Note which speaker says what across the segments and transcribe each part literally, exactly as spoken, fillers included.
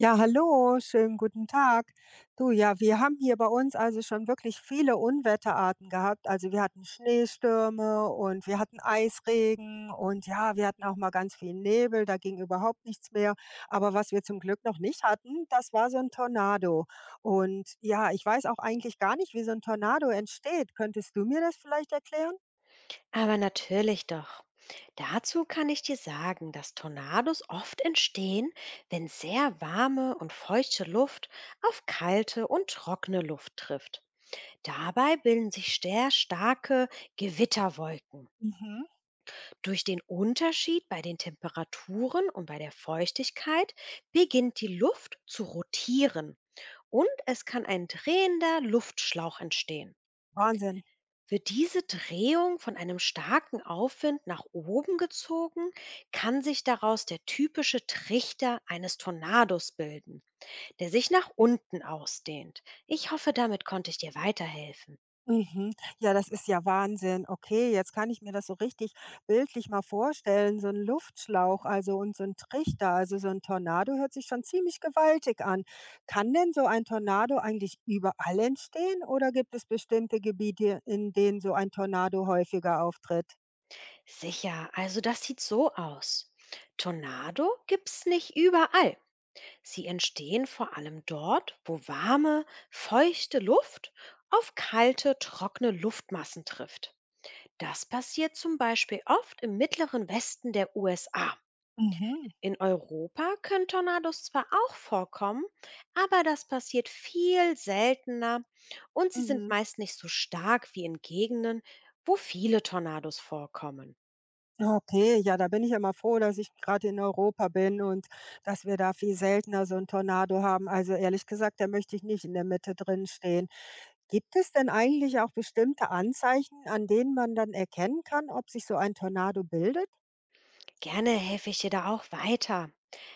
Speaker 1: Ja, hallo, schönen guten Tag. Du, ja, wir haben hier bei uns also schon wirklich viele Unwetterarten gehabt. Also wir hatten Schneestürme und wir hatten Eisregen und ja, wir hatten auch mal ganz viel Nebel, da ging überhaupt nichts mehr. Aber was wir zum Glück noch nicht hatten, das war so ein Tornado. Und ja, ich weiß auch eigentlich gar nicht, wie so ein Tornado entsteht. Könntest du mir das vielleicht erklären?
Speaker 2: Aber natürlich doch. Dazu kann ich dir sagen, dass Tornados oft entstehen, wenn sehr warme und feuchte Luft auf kalte und trockene Luft trifft. Dabei bilden sich sehr starke Gewitterwolken.
Speaker 1: Mhm.
Speaker 2: Durch den Unterschied bei den Temperaturen und bei der Feuchtigkeit beginnt die Luft zu rotieren und es kann ein drehender Luftschlauch entstehen.
Speaker 1: Wahnsinn.
Speaker 2: Wird diese Drehung von einem starken Aufwind nach oben gezogen, kann sich daraus der typische Trichter eines Tornados bilden, der sich nach unten ausdehnt. Ich hoffe, damit konnte ich dir weiterhelfen.
Speaker 1: Mhm. Ja, das ist ja Wahnsinn. Okay, jetzt kann ich mir das so richtig bildlich mal vorstellen. So ein Luftschlauch, also und so ein Trichter, also so ein Tornado hört sich schon ziemlich gewaltig an. Kann denn so ein Tornado eigentlich überall entstehen oder gibt es bestimmte Gebiete, in denen so ein Tornado häufiger auftritt?
Speaker 2: Sicher, also das sieht so aus. Tornado gibt's nicht überall. Sie entstehen vor allem dort, wo warme, feuchte Luft auf kalte, trockene Luftmassen trifft. Das passiert zum Beispiel oft im mittleren Westen der U S A.
Speaker 1: Mhm,
Speaker 2: In Europa können Tornados zwar auch vorkommen, aber das passiert viel seltener und sie sind
Speaker 1: mhm.
Speaker 2: meist nicht so stark wie in Gegenden, wo viele Tornados vorkommen.
Speaker 1: Okay, ja, da bin ich ja mal froh, dass ich gerade in Europa bin und dass wir da viel seltener so 'n Tornado haben. Also ehrlich gesagt, da möchte ich nicht in der Mitte drin stehen. Gibt es denn eigentlich auch bestimmte Anzeichen, an denen man dann erkennen kann, ob sich so ein Tornado bildet?
Speaker 2: Gerne helfe ich dir da auch weiter.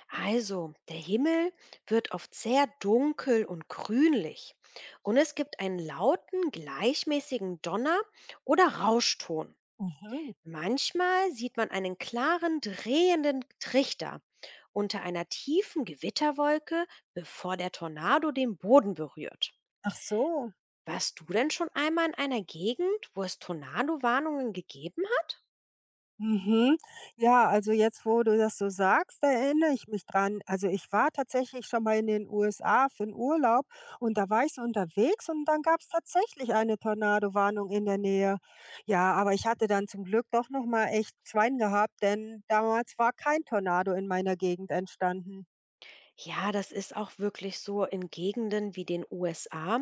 Speaker 2: Also, der Himmel wird oft sehr dunkel und grünlich und es gibt einen lauten, gleichmäßigen Donner- oder Rauschton.
Speaker 1: Mhm.
Speaker 2: Manchmal sieht man einen klaren, drehenden Trichter unter einer tiefen Gewitterwolke, bevor der Tornado den Boden berührt.
Speaker 1: Ach so.
Speaker 2: Warst du denn schon einmal in einer Gegend, wo es Tornado-Warnungen gegeben hat?
Speaker 1: Mhm. Ja, also jetzt, wo du das so sagst, da erinnere ich mich dran. Also ich war tatsächlich schon mal in den U S A für einen Urlaub und da war ich so unterwegs und dann gab es tatsächlich eine Tornado-Warnung in der Nähe. Ja, aber ich hatte dann zum Glück doch noch mal echt Schwein gehabt, denn damals war kein Tornado in meiner Gegend entstanden.
Speaker 2: Ja, das ist auch wirklich so in Gegenden wie den U S A,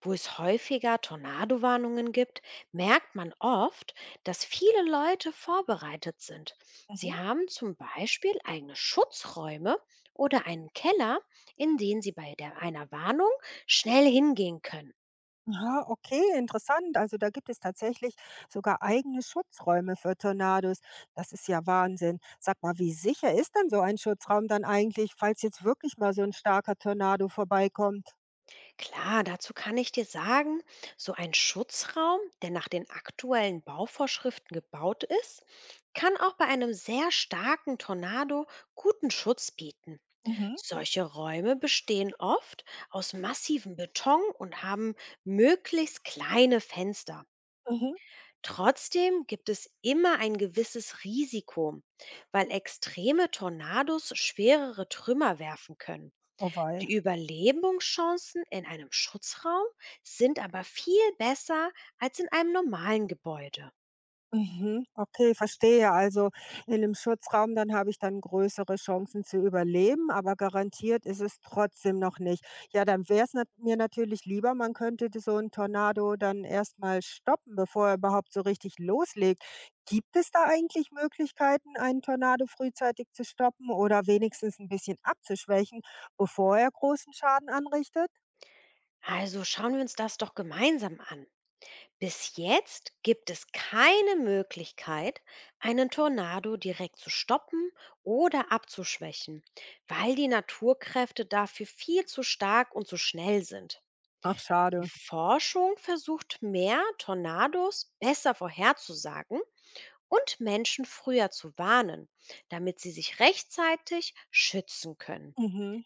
Speaker 2: wo es häufiger Tornadowarnungen gibt, merkt man oft, dass viele Leute vorbereitet sind.
Speaker 1: Mhm.
Speaker 2: Sie haben zum Beispiel eigene Schutzräume oder einen Keller, in den sie bei der, einer Warnung schnell hingehen können.
Speaker 1: Aha, okay, interessant. Also da gibt es tatsächlich sogar eigene Schutzräume für Tornados. Das ist ja Wahnsinn. Sag mal, wie sicher ist denn so ein Schutzraum dann eigentlich, falls jetzt wirklich mal so ein starker Tornado vorbeikommt?
Speaker 2: Klar, dazu kann ich dir sagen, so ein Schutzraum, der nach den aktuellen Bauvorschriften gebaut ist, kann auch bei einem sehr starken Tornado guten Schutz bieten.
Speaker 1: Mhm,
Speaker 2: Solche Räume bestehen oft aus massivem Beton und haben möglichst kleine Fenster.
Speaker 1: mhm.
Speaker 2: Trotzdem gibt es immer ein gewisses Risiko, weil extreme Tornados schwerere Trümmer werfen können.
Speaker 1: Oh
Speaker 2: Die
Speaker 1: wei.
Speaker 2: Überlebenschancen in einem Schutzraum sind aber viel besser als in einem normalen Gebäude.
Speaker 1: Mhm, okay, verstehe. Also in einem Schutzraum, dann habe ich dann größere Chancen zu überleben, aber garantiert ist es trotzdem noch nicht. Ja, dann wär's nat mir natürlich lieber, man könnte d so einen Tornado dann erst mal stoppen, bevor er überhaupt so richtig loslegt. Gibt es da eigentlich Möglichkeiten, einen Tornado frühzeitig zu stoppen oder wenigstens ein bisschen abzuschwächen, bevor er großen Schaden anrichtet?
Speaker 2: Also schauen wir uns das doch gemeinsam an. Bis jetzt gibt es keine Möglichkeit, einen Tornado direkt zu stoppen oder abzuschwächen, weil die Naturkräfte dafür viel zu stark und zu schnell sind.
Speaker 1: Ach
Speaker 2: Die
Speaker 1: schade.
Speaker 2: Forschung versucht mehr, Tornados besser vorherzusagen und Menschen früher zu warnen, damit sie sich rechtzeitig schützen können.
Speaker 1: Mhm,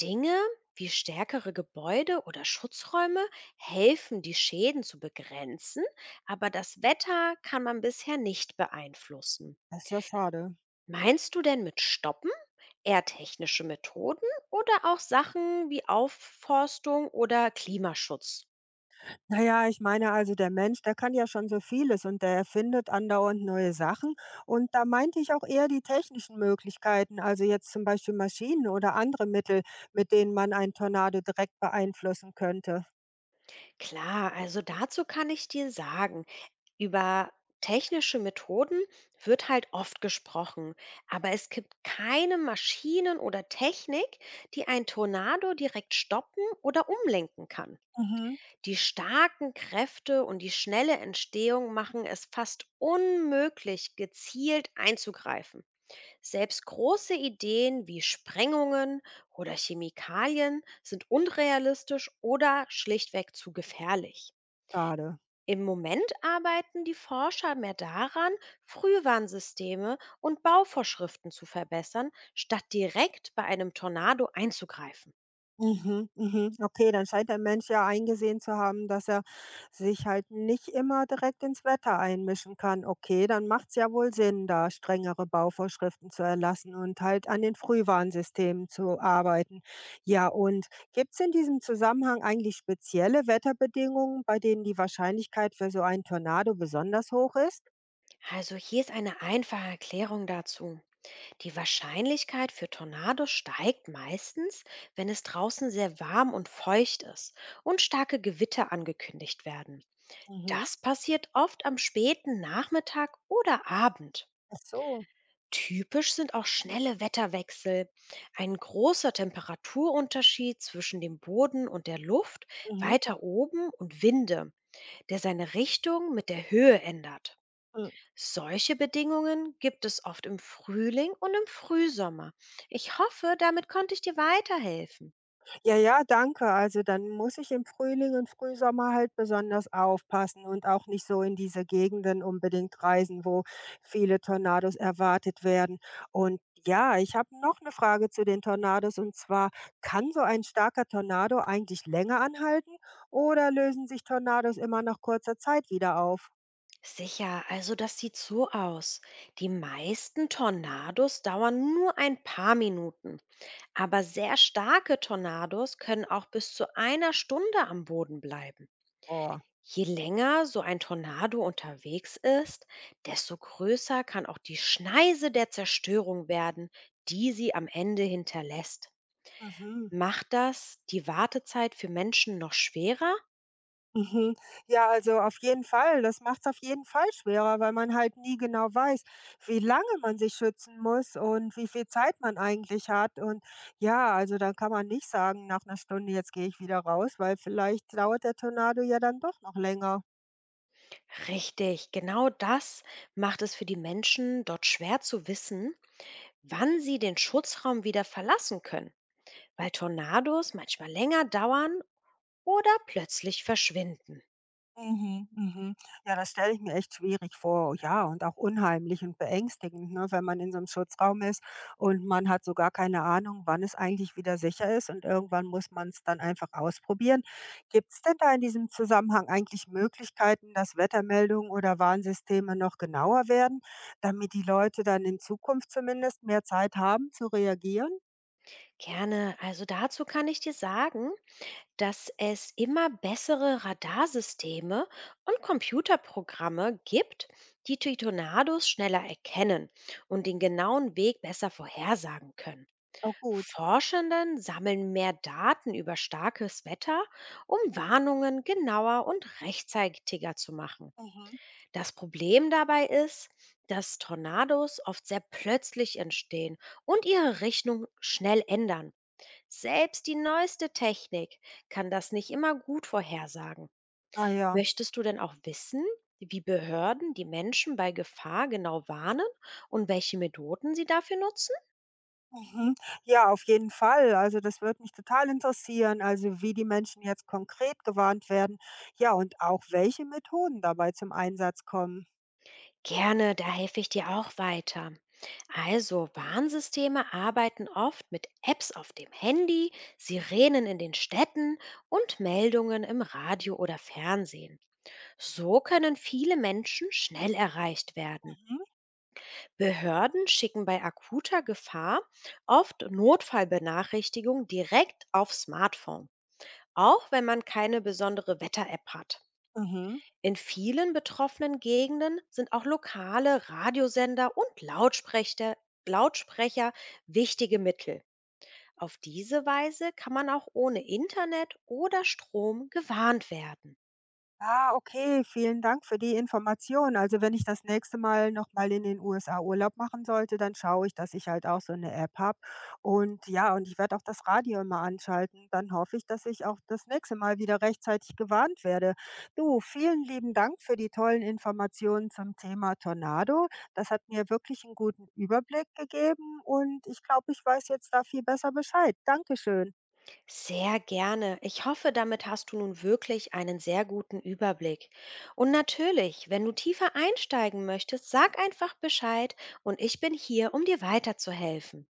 Speaker 2: Dinge wie stärkere Gebäude oder Schutzräume helfen, die Schäden zu begrenzen, aber das Wetter kann man bisher nicht beeinflussen.
Speaker 1: das ist ja schade.
Speaker 2: Meinst du denn mit Stoppen eher technische Methoden oder auch Sachen wie Aufforstung oder Klimaschutz?
Speaker 1: Na ja, ich meine also, der Mensch, der kann ja schon so vieles und der erfindet andauernd neue Sachen. Und da meinte ich auch eher die technischen Möglichkeiten, also jetzt zum Beispiel Maschinen oder andere Mittel, mit denen man einen Tornado direkt beeinflussen könnte.
Speaker 2: Klar, also dazu kann ich dir sagen, über technische Methoden wird halt oft gesprochen, aber es gibt keine Maschinen oder Technik, die ein Tornado direkt stoppen oder umlenken kann.
Speaker 1: Mhm.
Speaker 2: Die starken Kräfte und die schnelle Entstehung machen es fast unmöglich, gezielt einzugreifen. Selbst große Ideen wie Sprengungen oder Chemikalien sind unrealistisch oder schlichtweg zu gefährlich.
Speaker 1: Schade.
Speaker 2: Im Moment arbeiten die Forscher mehr daran, Frühwarnsysteme und Bauvorschriften zu verbessern, statt direkt bei einem Tornado einzugreifen.
Speaker 1: Mhm, mhm. Okay, dann scheint der Mensch ja eingesehen zu haben, dass er sich halt nicht immer direkt ins Wetter einmischen kann. Okay, dann macht's ja wohl Sinn, da strengere Bauvorschriften zu erlassen und halt an den Frühwarnsystemen zu arbeiten. Ja, und gibt's in diesem Zusammenhang eigentlich spezielle Wetterbedingungen, bei denen die Wahrscheinlichkeit für so einen Tornado besonders hoch ist?
Speaker 2: Also hier ist eine einfache Erklärung dazu. Die Wahrscheinlichkeit für Tornados steigt meistens, wenn es draußen sehr warm und feucht ist und starke Gewitter angekündigt werden.
Speaker 1: Mhm.
Speaker 2: Das passiert oft am späten Nachmittag oder Abend.
Speaker 1: Ach so.
Speaker 2: Typisch sind auch schnelle Wetterwechsel, ein großer Temperaturunterschied zwischen dem Boden und der Luft
Speaker 1: Mhm.
Speaker 2: weiter oben und Winde, der seine Richtung mit der Höhe ändert. Solche Bedingungen gibt es oft im Frühling und im Frühsommer. Ich hoffe, damit konnte ich dir weiterhelfen.
Speaker 1: Ja, ja, danke. Also dann muss ich im Frühling und Frühsommer halt besonders aufpassen und auch nicht so in diese Gegenden unbedingt reisen, wo viele Tornados erwartet werden. Und ja, ich habe noch eine Frage zu den Tornados und zwar, kann so ein starker Tornado eigentlich länger anhalten oder lösen sich Tornados immer nach kurzer Zeit wieder auf?
Speaker 2: Sicher, also das sieht so aus. Die meisten Tornados dauern nur ein paar Minuten. Aber sehr starke Tornados können auch bis zu einer Stunde am Boden bleiben.
Speaker 1: Oh.
Speaker 2: Je länger so ein Tornado unterwegs ist, desto größer kann auch die Schneise der Zerstörung werden, die sie am Ende hinterlässt.
Speaker 1: Mhm.
Speaker 2: Macht das die Wartezeit für Menschen noch schwerer?
Speaker 1: Mhm. Ja, also auf jeden Fall. Das macht's auf jeden Fall schwerer, weil man halt nie genau weiß, wie lange man sich schützen muss und wie viel Zeit man eigentlich hat. Und ja, also dann kann man nicht sagen, nach einer Stunde, jetzt gehe ich wieder raus, weil vielleicht dauert der Tornado ja dann doch noch länger.
Speaker 2: Richtig, genau das macht es für die Menschen dort schwer zu wissen, wann sie den Schutzraum wieder verlassen können, weil Tornados manchmal länger dauern oder plötzlich verschwinden.
Speaker 1: Mhm, mhm. Ja, das stelle ich mir echt schwierig vor, ja, und auch unheimlich und beängstigend, ne, wenn man in so einem Schutzraum ist und man hat so gar keine Ahnung, wann es eigentlich wieder sicher ist und irgendwann muss man es dann einfach ausprobieren. Gibt es denn da in diesem Zusammenhang eigentlich Möglichkeiten, dass Wettermeldungen oder Warnsysteme noch genauer werden, damit die Leute dann in Zukunft zumindest mehr Zeit haben zu reagieren?
Speaker 2: Gerne. Also dazu kann ich dir sagen, dass es immer bessere Radarsysteme und Computerprogramme gibt, die die Tornados schneller erkennen und den genauen Weg besser vorhersagen können.
Speaker 1: Oh gut.
Speaker 2: Forschenden sammeln mehr Daten über starkes Wetter, um Warnungen genauer und rechtzeitiger zu machen.
Speaker 1: Mhm.
Speaker 2: Das Problem dabei ist, dass Tornados oft sehr plötzlich entstehen und ihre Richtung schnell ändern. Selbst die neueste Technik kann das nicht immer gut vorhersagen.
Speaker 1: Ah ja.
Speaker 2: Möchtest du denn auch wissen, wie Behörden die Menschen bei Gefahr genau warnen und welche Methoden sie dafür nutzen?
Speaker 1: Mhm. Ja, auf jeden Fall. Also das würde mich total interessieren, also wie die Menschen jetzt konkret gewarnt werden. Ja, und auch welche Methoden dabei zum Einsatz kommen.
Speaker 2: Gerne, da helfe ich dir auch weiter. Also, Warnsysteme arbeiten oft mit Apps auf dem Handy, Sirenen in den Städten und Meldungen im Radio oder Fernsehen. So können viele Menschen schnell erreicht werden.
Speaker 1: Mhm.
Speaker 2: Behörden schicken bei akuter Gefahr oft Notfallbenachrichtigungen direkt aufs Smartphone, auch wenn man keine besondere Wetter-App hat.
Speaker 1: Mhm.
Speaker 2: In vielen betroffenen Gegenden sind auch lokale Radiosender und Lautsprecher, Lautsprecher wichtige Mittel. Auf diese Weise kann man auch ohne Internet oder Strom gewarnt werden.
Speaker 1: Ah, okay, vielen Dank für die Information. Also wenn ich das nächste Mal nochmal in den U S A Urlaub machen sollte, dann schaue ich, dass ich halt auch so eine App habe. Und ja, und ich werde auch das Radio immer anschalten. Dann hoffe ich, dass ich auch das nächste Mal wieder rechtzeitig gewarnt werde. Du, vielen lieben Dank für die tollen Informationen zum Thema Tornado. Das hat mir wirklich einen guten Überblick gegeben und ich glaube, ich weiß jetzt da viel besser Bescheid. Dankeschön.
Speaker 2: Sehr gerne. Ich hoffe, damit hast du nun wirklich einen sehr guten Überblick. Und natürlich, wenn du tiefer einsteigen möchtest, sag einfach Bescheid und ich bin hier, um dir weiterzuhelfen.